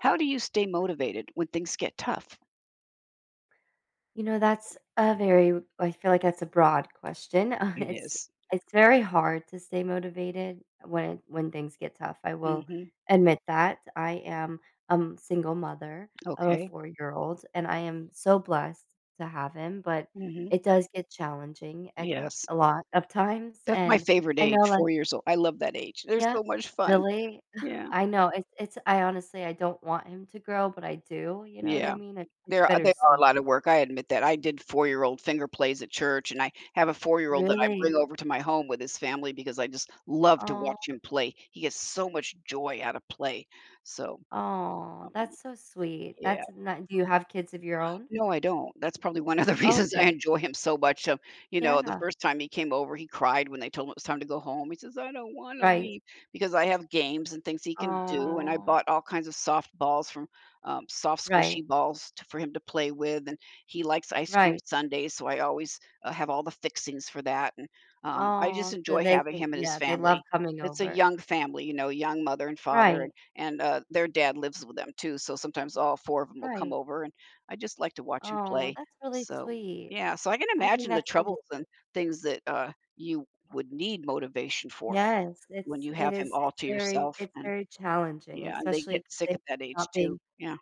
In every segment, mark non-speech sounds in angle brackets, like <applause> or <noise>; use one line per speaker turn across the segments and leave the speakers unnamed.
How do you stay motivated when things get tough?
You know, that's a very I feel like that's a broad question. <laughs>
It is.
It's very hard to stay motivated when things get tough. I will
Mhm.
admit that. I am a single mother of a
Okay.
4-year-old, and I am so blessed to have him, but
Mhm.
it does get challenging at
Yes.
a lot of times,
That's my
and
favorite
I know,
age,
like,
4 years old. I love that age. They're
yeah,
so much fun.
really? <laughs>
Yeah.
I know. It's I don't want him to grow, but I do, you know what I
Yeah.
mean? It's
There, are they are a
bittersweet.
lot of work. I admit that. I did four-year-old finger plays at church, and I have a four-year-old that I bring
Really?
over to my home with his family because I just love to
Oh.
watch him play. He gets so much joy out of play. So, um,
Oh, that's so sweet.
yeah.
That's not Do you have kids of your own?
No, I don't. That's probably one of the <laughs> reasons I
Okay.
enjoy him so much. The
Yeah.
first time he came over, he cried when they told him it was time to go home. He says, I don't want to
Right.
leave because I have games and things he can do. And I
Oh,
bought all kinds of soft balls from soft,
right.
squishy balls to, for him to play with. And he likes ice cream
Right.
sundaes. So I always have all the fixings for that. And I just
Oh, so
enjoy
they
having
can,
him and his
yeah, they love
family.
coming
It's a
over.
young family, you know, young mother and father, and
Right.
and their dad lives with them too. So sometimes all four of them will come
Right.
over, and I just like to watch him
Oh,
play.
that's really
So,
sweet.
yeah, so I can
I think
imagine the
that's really
troubles and
sweet.
things that, you would need motivation for
Yes,
when you have him all to yourself
it's
and
very challenging,
yeah, and they
especially
get
because
sick
they
at that
are
age
not
too.
being
Yeah.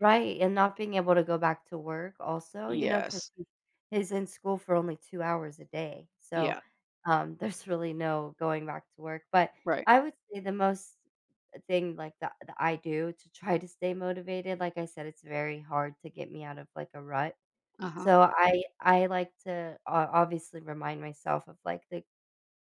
right, and not being able to go back to work also, you know, 'cause
Yes.
he's in school for only 2 hours a day, so,
Yeah.
<laughs> there's really no going back to work, but
Right.
I would say the most thing, that I do to try to stay motivated, like I said, it's very hard to get me out of, like, a rut,
Uh-huh.
so I like to o obviously remind myself of, like, the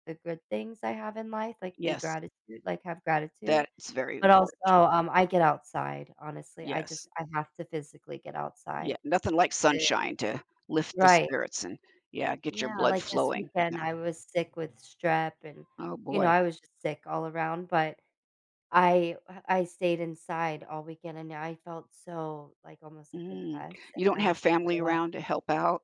the good things I have in life,
Yes.
like have gratitude,
That's very
but also,
important.
I get outside, honestly,
Yes.
I have to physically get
Yeah,
outside.
nothing like
The
sunshine to lift the
right.
spirits and, yeah, get your
Yeah,
blood
like this
flowing. Yeah.
weekend, I was sick with strep and,
Oh,
you know,
boy.
I was just sick all around, but I stayed inside all weekend and I felt so, like, almost, like,
Mm.
depressed,
You
and
don't
I
have
was like, "You
family
know what?"
around to help out?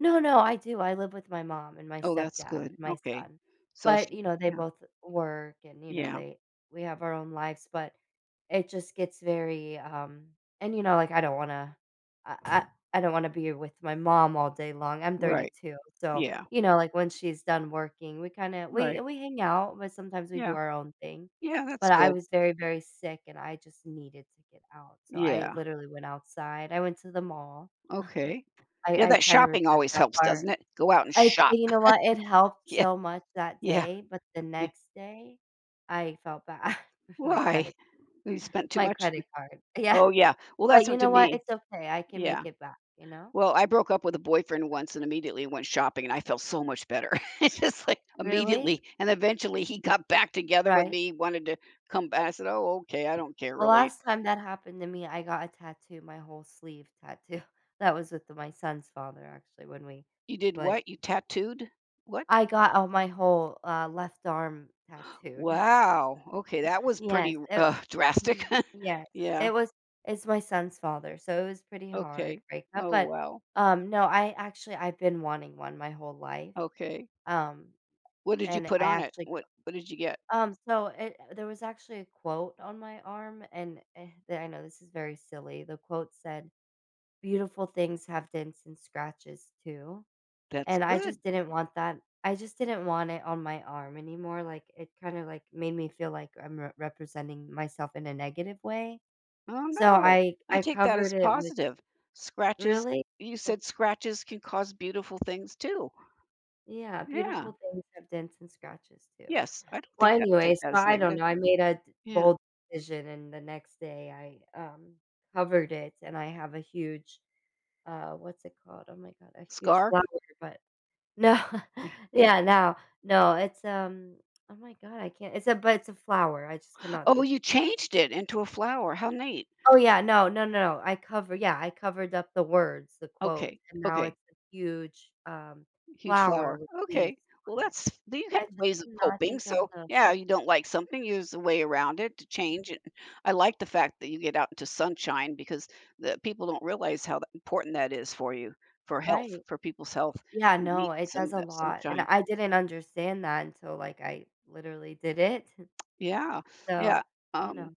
No, no, I do, I live with my mom and my
Oh,
stepdad
that's good.
and my
Okay.
son,
So
but,
she
you know, they both work and, you know,
yeah,
they we have our own lives, but it just gets very, and, you know, like, I I I don't wanna be with my mom all day long, I'm
right.
32, so,
Yeah,
you know, like, when she's done working, we
right.
we hang out, but sometimes we
Yeah,
do our own thing,
yeah, that's
but I
good.
was very, very sick, and I just needed to get out, so I
Yeah,
literally went outside, I went to the mall,
okay.
I
Yeah,
I
that
kinda
shopping
regret
always
that
helps,
part.
doesn't it? Go out and
I
shop.
You
<laughs>
know what? It helped
Yeah,
so much that
yeah,
day, but the
yeah.
next day, I felt bad <laughs> with
Why? We spent too
my
much?
credit card. Yeah,
Oh, yeah. Well,
but
that's
you
what to
know what?
me.
It's okay, I can make
Yeah.
it back, you know?
Well, I broke up with a boyfriend once and immediately went shopping, and I felt so much better. <laughs> It's just like
Really?
immediately. And eventually he got back together with
Right.
me, wanted to come back. I said, oh, okay. I don't care
The
really.
last time that happened to me, I got a tattoo, my whole sleeve tattoo. <laughs> That was with my son's father, actually, when we
You did
split.
what? You tattooed? What?
I got, all my whole, left arm tattooed. <laughs>
Wow, okay, that was pretty,
Yes, it
<laughs> drastic.
mm,
<laughs>
yes,
Yeah,
it was it's my son's father, so it was pretty hard
okay.
breakup,
Oh,
but,
wow,
no, I've been wanting one my whole life,
okay.
um,
What did you
and
put
I
on it?
actually
What did you get?
so it there was actually a quote on my arm, and, I know this is very silly, the quote said, "Beautiful things have dents and scratches too,"
That's
and
good.
I just didn't want it on my arm anymore, like, it kinda, like, made me feel like I'm re representing myself in a negative way.
Oh,
So
no,
I
I
I
take that as
covered it with
positive. Scratches
really?
you
Well,
said scratches can cause beautiful things too.
yeah,
Yeah,
beautiful things have dents and scratches too.
yes, I don't
Well,
think that
anyway,
take that
so
as
I don't
negative.
know, I made a d
Yeah,
bold decision, and the next day I, covered it, and I have a huge, what's it called? Oh my god, a huge
scar?
flower, but no, <laughs> yeah, now no, it's, oh my god, I can't it's a flower, I just
<laughs>
cannot
Oh,
think.
you changed it into a flower, how neat.
Oh, yeah, no, no, no, no. I cover yeah, I covered up the words, the quotes,
Okay,
and now
okay.
it's a huge,
Huge
flower
flower.
with leaves
Okay. Well,
on it.
that's <laughs> do you have
I just
ways of
did not
coping?
think of
So,
the
yeah,
flow.
you don't like something, use a way around it to
Mhm.
change it. I like the fact that you get out into sunshine because the people don't realize how important that is for you, for health,
Right.
for people's health.
Yeah,
You need
no, it
some
does
of
a
that
lot, and
sunshine.
I didn't understand that until, like, I literally did it. <laughs>
Yeah, yeah.
So, you
Um,
know,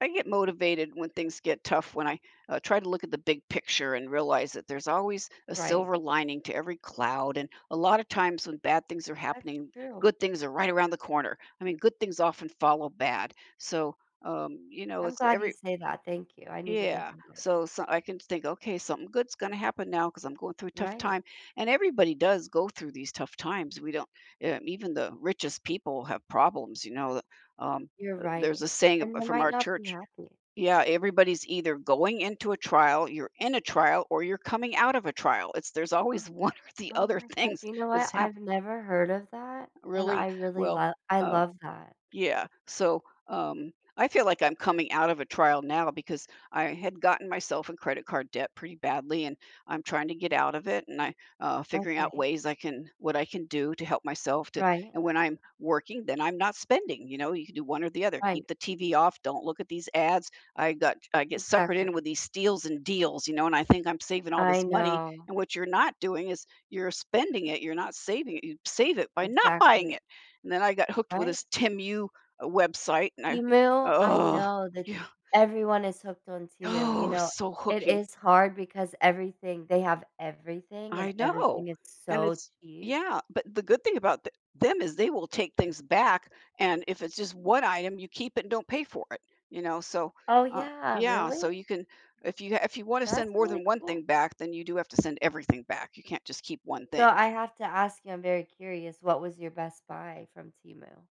I get motivated when things get tough when I try to look at the big picture and realize that there's always a
right.
silver lining to every cloud. And a lot of times when bad things are
That's
happening,
true.
good things are right around the corner. I mean, good things often follow bad. So, you know,
I'm
it's
glad you
every,
say that, thank you, I needed to
yeah.
hear that. <laughs>
So, so I can think, okay, something good's going to happen now because I'm going through a tough
Right.
time. And everybody does go through these tough times. We don't, Even the richest people have problems, you know. Um,
You're
there's
right,
a saying
and they
from
might
our
not be
church
happy.
yeah, everybody's either going into a trial, you're in a trial, or you're coming out of a trial. It's there's always one <laughs> or the
Oh
other
my gosh,
things
you know what?
that's
I've
happened.
never heard of that, and
Really, well,
I
uh,
love that.
yeah. So, um, I feel like I'm coming out of a trial now because I had gotten myself in credit card debt pretty badly, and I'm trying to get out of it. And I figuring out
Okay.
ways I can what I can do to help myself to.
Right,
And when I'm working, then I'm not spending. You know, you can do one or the other.
right,
Keep the TV off. Don't look at these ads. I get suckered in with
exactly.
these steals and deals. You know, and I think I'm saving all
I
this money.
know,
And what you're not doing is you're spending it. You're not saving it. You save it by not buying
exactly,
it. And then I got hooked with
right?
this TimU website,
Temu, I
oh,
know that
yeah,
everyone is hooked on Temu, you
oh,
know,
so
it
hooking.
is hard because everything they have everything,
I
and
know.
everything is
And
so
it's,
cheap.
yeah, but the good thing about them is they will take things back. And if it's just one item, you keep it and don't pay for it, you know? So,
Oh,
uh,
yeah,
yeah, so
really?
you can, if you want to send
That's
more
really
than one thing
cool.
back, then you do have to send everything back. You can't just keep one
So
thing.
I have to ask you, I'm very curious, what was your best buy from Temu?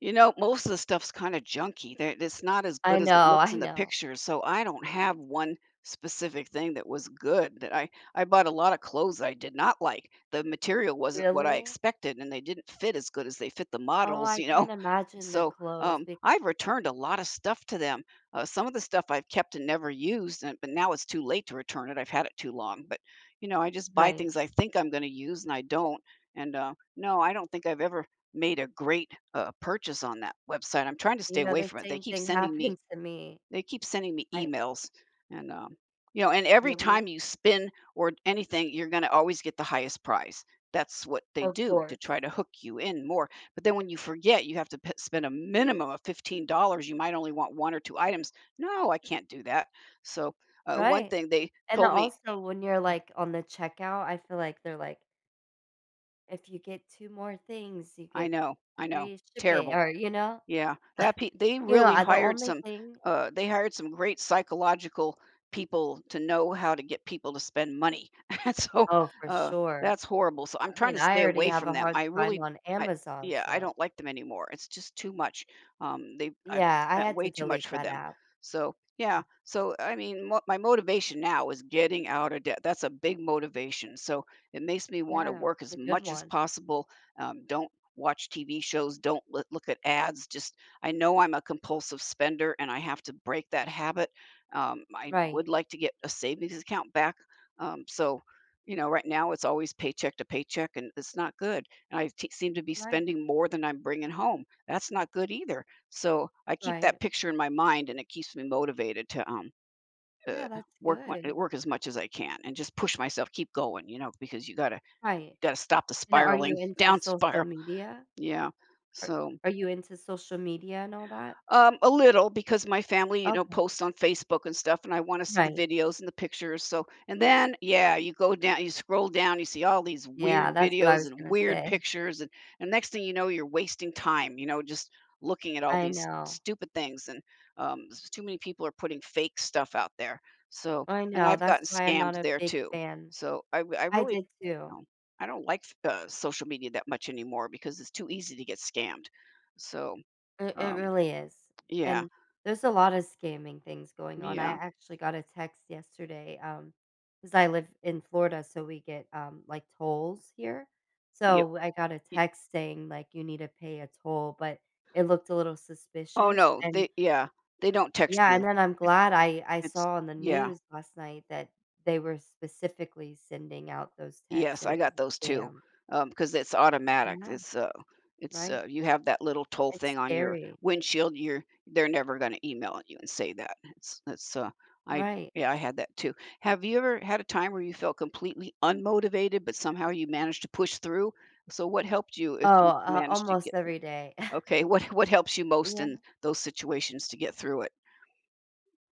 You know, most of the stuff's kinda junky. There it's not as
I
good as it
know,
looks
I
in the
know.
pictures, so I don't have one specific thing that was good that I bought a lot of clothes I did not like. The material wasn't what I
Really?
expected, and they didn't fit as good as they fit the
Oh,
models,
I
you know?
can't
<laughs>
imagine the
So,
clothes be
I've returned a lot of stuff to them. Some of the stuff I've kept and never used, and but now it's too late to return it. I've had it too long, but, you know, I just buy
right.
things I think I'm gonna use, and I don't. And no, I don't think I've ever made a great purchase on that website. I'm trying to stay
You know,
away
the
from it.
same thing happened to me.
They keep sending me
I
emails and you know, and every time
Really?
you spin or anything, you're going to always get the highest prize. That's what they
Of
do to try
course.
to hook you in more. But then when you forget, you have to spend a minimum of $15. You might only want one or two items. No, I can't do that. So, one
Right.
thing they
And
told me,
also, when you're,
"Yeah,
like, on the checkout, I feel like they're like, "If you get 2 more things, you get
I know,
free shipping,"
terrible.
or, you know?
Yeah, that pe they
You know,
really
I the
hired
only
some,
thing
they hired some great psychological people to know how to get people to spend money, <laughs> and so,
Oh, for
uh,
sure.
that's horrible, so I'm
I
trying
mean,
to
I
stay
already
away
have
from
a
them.
hard
I
time
really
on
I
Amazon,
yeah, I
so
don't like them anymore. It's just too much. They I've
yeah, I
spent
had to
way too
delete
much for
that
them.
app.
So, yeah, so, I mean, mo my motivation now is getting out of debt. That's a big motivation, so it makes me wanna
Yeah,
work
it's
as
a good
much as
one.
possible, don't watch TV shows, don't look at ads, just I know I'm a compulsive spender and I have to break that habit. I
Right.
would like to get a savings account back. Um, so, you know, right now it's always paycheck to paycheck and it's not good. And I t seem to be
Right.
spending more than I'm bringing home. That's not good either. So I keep that
Right.
picture in my mind and it keeps me motivated to, uh,
Yeah, that's
work when,
good.
work as much as I can and just push myself, keep going, you know, because
Right.
you gotta stop the
And are you
spiraling <laughs>
into
down
social
spiral.
media?
Yeah.
Are
So,
you into social media and all that?
a little because my family, you know,
Okay.
posts on Facebook and stuff, and I want to see the
Right.
videos and the pictures. So, and then, yeah, you go down, you scroll down, you see all these
Yeah,
weird
that's what I
videos
was
and
gonna
weird
say.
pictures, and next thing you know, you're wasting time, you know, just looking at all
I
these
know.
stupid things, and too many people are putting fake stuff out there. So,
I
and
know,
I've gotten
that's why I'm not
scammed
a
there
big
too.
fan.
So, I w- I
I
really,
did
you
too.
know, I don't like social media that much anymore because it's too easy to get scammed. So.
It
Um,
really is,
yeah,
and there's a lot of scamming things going on. I
yeah,
actually got a text yesterday, because I live in Florida, so we get, like, tolls here.
yep,
So I got a
y
text saying, like, "You need to pay a toll," but it looked a little
oh,
suspicious,
no,
and
they yeah, they don't text
yeah, and
you.
then I'm
It's
glad I
it's
saw on the
yeah,
news last night that they were specifically sending out those texts,
yes,
and
I
it was
got those
a
too,
scam.
um. Because it's automatic.
Yeah,
It's,
right?
you have that little toll thing
It's
on your
scary.
windshield, you're they're never gonna email you and say that. It's, I
Right.
yeah, I had that too. Have you ever had a time where you felt completely unmotivated, but somehow you managed to push through? So what helped you if
Oh,
you managed to
almost
get
every day.
Okay, <laughs> what helps you most
Yeah,
in those situations to get through it?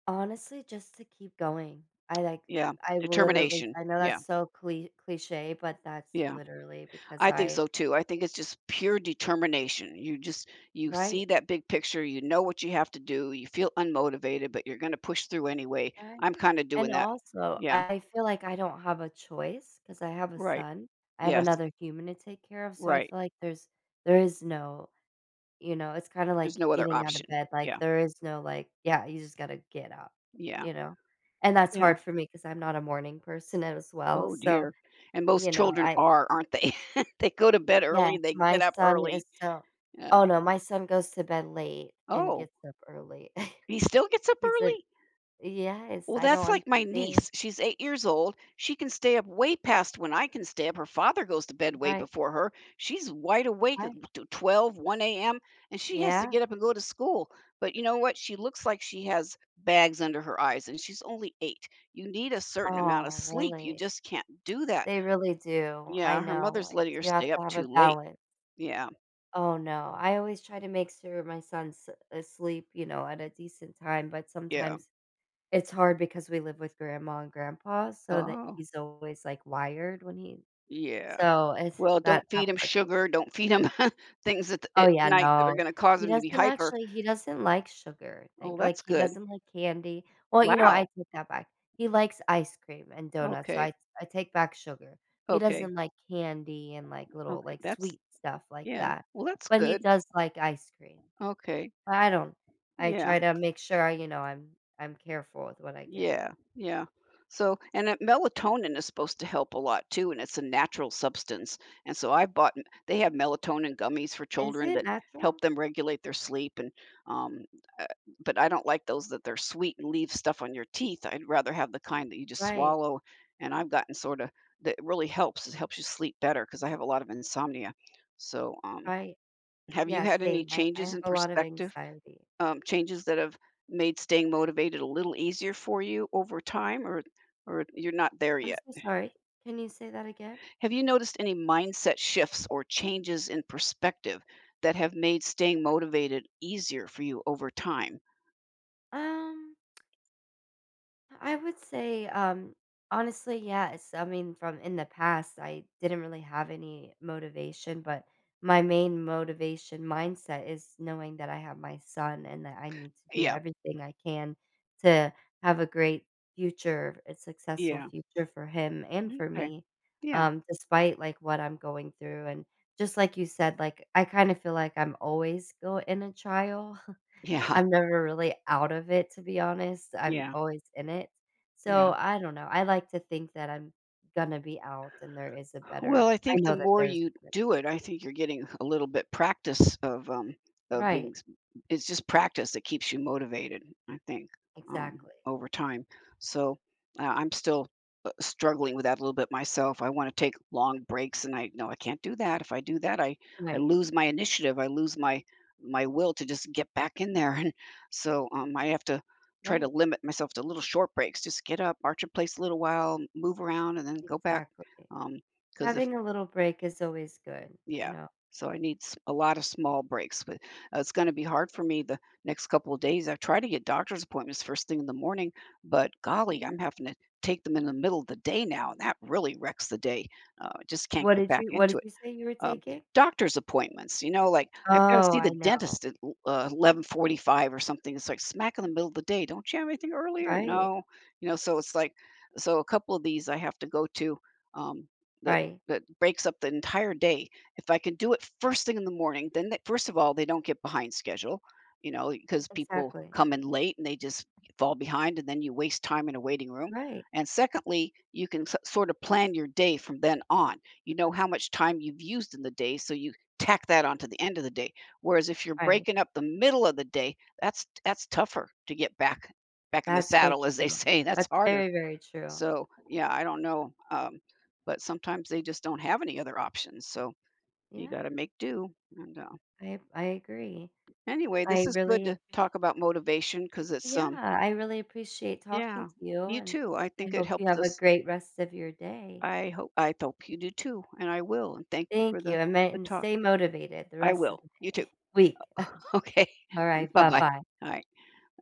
honestly, just to keep going.
Yeah,
I will literally
determination.
I know
Yeah,
that's so cliché, but that's
yeah.
literally because
I think
I
so too. I think it's just pure determination. You
right,
see that big picture, you know what you have to do, you feel unmotivated, but you're going to push through anyway.
right,
I'm kind of doing
and
that.
also,
Yeah,
I feel like I don't have a choice because I have a
right.
son. I have
Yes,
another human to take care of, so I
right.
feel like there is no, you know, it's kinda
There's
like
no other
getting out of
option.
bed, like,
Yeah.
there is no, like, "Yeah, you just gotta get up,"
Yeah.
you know? And that's
Yeah.
hard for me because 'cause I'm not a morning person as well,
Oh
so,
dear. And most
you know,
children
I
are, aren't they? <laughs> They go to bed
yes,
early, they
my
get up
son
early.
is so
Uh,
oh, no, my son goes to bed late and
oh,
gets up early.
he
<laughs>
still gets up
He said,
early?
"Yes,
Well,
I
that's
don't
like my
understand."
niece. She's 8 years old. She can stay up way past when I can stay up. Her father goes to bed way
Right,
before her. She's wide awake at
right.
12 a.m., and she has to
Yeah.
get up and go to school. But you know what? She looks like she has bags under her eyes, and she's only eight. You need a certain amount of
Oh,
sleep. You
really?
just can't do that.
They really do. I
Yeah, her
know.
mother's
It's
letting her
you have
stay
to
up
have a
too late.
balance.
Yeah,
Oh, no. I always try to make sure my son's asleep, you know, at a decent time, but
yeah.
sometimes it's hard because we live with grandma and grandpa so that
Oh,
he's always, like, wired when he
yeah.
so it's
Well,
that
don't
that
feed him
part's a
sugar.
little
Don't feed him <laughs> things at,
oh,
at
yeah,
night that are
no.
going to cause him to be hyper.
He doesn't like sugar,
Oh, that's
he
good.
doesn't like candy. Well, you know, I
Wow.
take that back. He likes ice cream and donuts, so
Okay.
I take back sugar. He
Okay.
doesn't like candy and, like, little,
Okay.
like,
That's
sweet stuff like
yeah.
that,
Well, that's
but he
good.
does like ice cream.
Okay.
But I don't I
Yeah.
try to make sure, you know, I'm careful with what I give him.
Yeah, yeah. So, and melatonin is supposed to help a lot too, and it's a natural substance. And so I've bought, they have melatonin gummies for
Is
children
it
that help
natural?
them regulate their sleep. Um, uh, but I don't like those that they're sweet and leave stuff on your teeth. I'd rather have the kind that you just
Right,
swallow. And I've gotten sort of, that really helps. It helps you sleep better because I have a lot of insomnia. So, um,
right.
have you
Yeah,
had any
same. I
changes
have
in
a lot of
perspective?
anxiety.
Changes that have made staying motivated a little easier for you over time, or you're not there
I'm
yet?
so sorry. Can you say that again?
Have you noticed any mindset shifts or changes in perspective that have made staying motivated easier for you over time?
Um I would say, honestly, yes. I mean, from in the past, I didn't really have any motivation, but my main motivation mindset is knowing that I have my son and that I need to do
Yeah,
everything I can to have a great future, a successful
yeah,
future for him and for
okay,
me,
yeah,
despite like what I'm going through. And just like you said, like I kind of feel like I'm always go in a trial,
yeah,
I'm never really out of it, to be honest. I'm
yeah,
always in it.
yeah.
So, I don't know. I like to think that I'm gonna be out and there is a
Well,
better
I
I
think the
know that
more
there's
you
gonna be
do it, I think you're getting a little bit practice of
right,
being it's just practice that keeps you motivated, I think, um
exactly.
over time. So, I'm still struggling with that a little bit myself. I want to take long breaks and I no, I can't do that. If I do that, I
Right,
lose my initiative. I lose my will to just get back in there. <laughs> And so I have to try to
right,
limit myself to little short breaks. Just get up, march in place a little while, move around and then go back.
exactly.
Um, 'Cause if
Having a little break is always good, you
yeah.
know?
So I need s a lot of small breaks, but, it's gonna be hard for me the next couple of days. I've tried to get doctor's appointments first thing in the morning, but golly, I'm having to take them in the middle of the day now, and that really wrecks the day. I just can't get back
What
into
did
it
you say you were
um,
taking?
doctor's appointments, you know, like I've got to
Oh,
see the
I know.
dentist at 11:45 or something. It's like smack in the middle of the day. Don't you have anything earlier?
Right,
No, you know. So a couple of these I have to go to um, that
right,
that breaks up the entire day. If I can do it first thing in the morning, then they, first of all they don't get behind schedule, you know, because people
exactly.
come in late and they just fall behind, and then you waste time in a waiting room.
Right,
And secondly, you can sort of plan your day from then on, you know how much time you've used in the day, so you tack that onto the end of the day. Whereas if you're
right.
breaking up the middle of the day, that's tougher to get back back in the
That's so
saddle, as they
true.
say. <laughs> That's
That's
harder.
very, very true.
So yeah, I don't know, but sometimes they just don't have any other options. So you
Yeah,
got to make do. And
I agree.
anyway, this
I
is
really
good to
appre
talk about motivation because it's
Yeah, I really appreciate talking
yeah,
to you,
you
and
too. I
I
think it
hope you
helps
have a
us.
great rest of your day.
I hope you do too, and I will. And thank you for
Thank you, and ma
the
and
talk.
stay motivated the
I
rest of
will.
the
You too.
day <laughs> week. <laughs>
<laughs> Okay.
All
<laughs>
right,
Bye-bye.
bye-bye.
All right.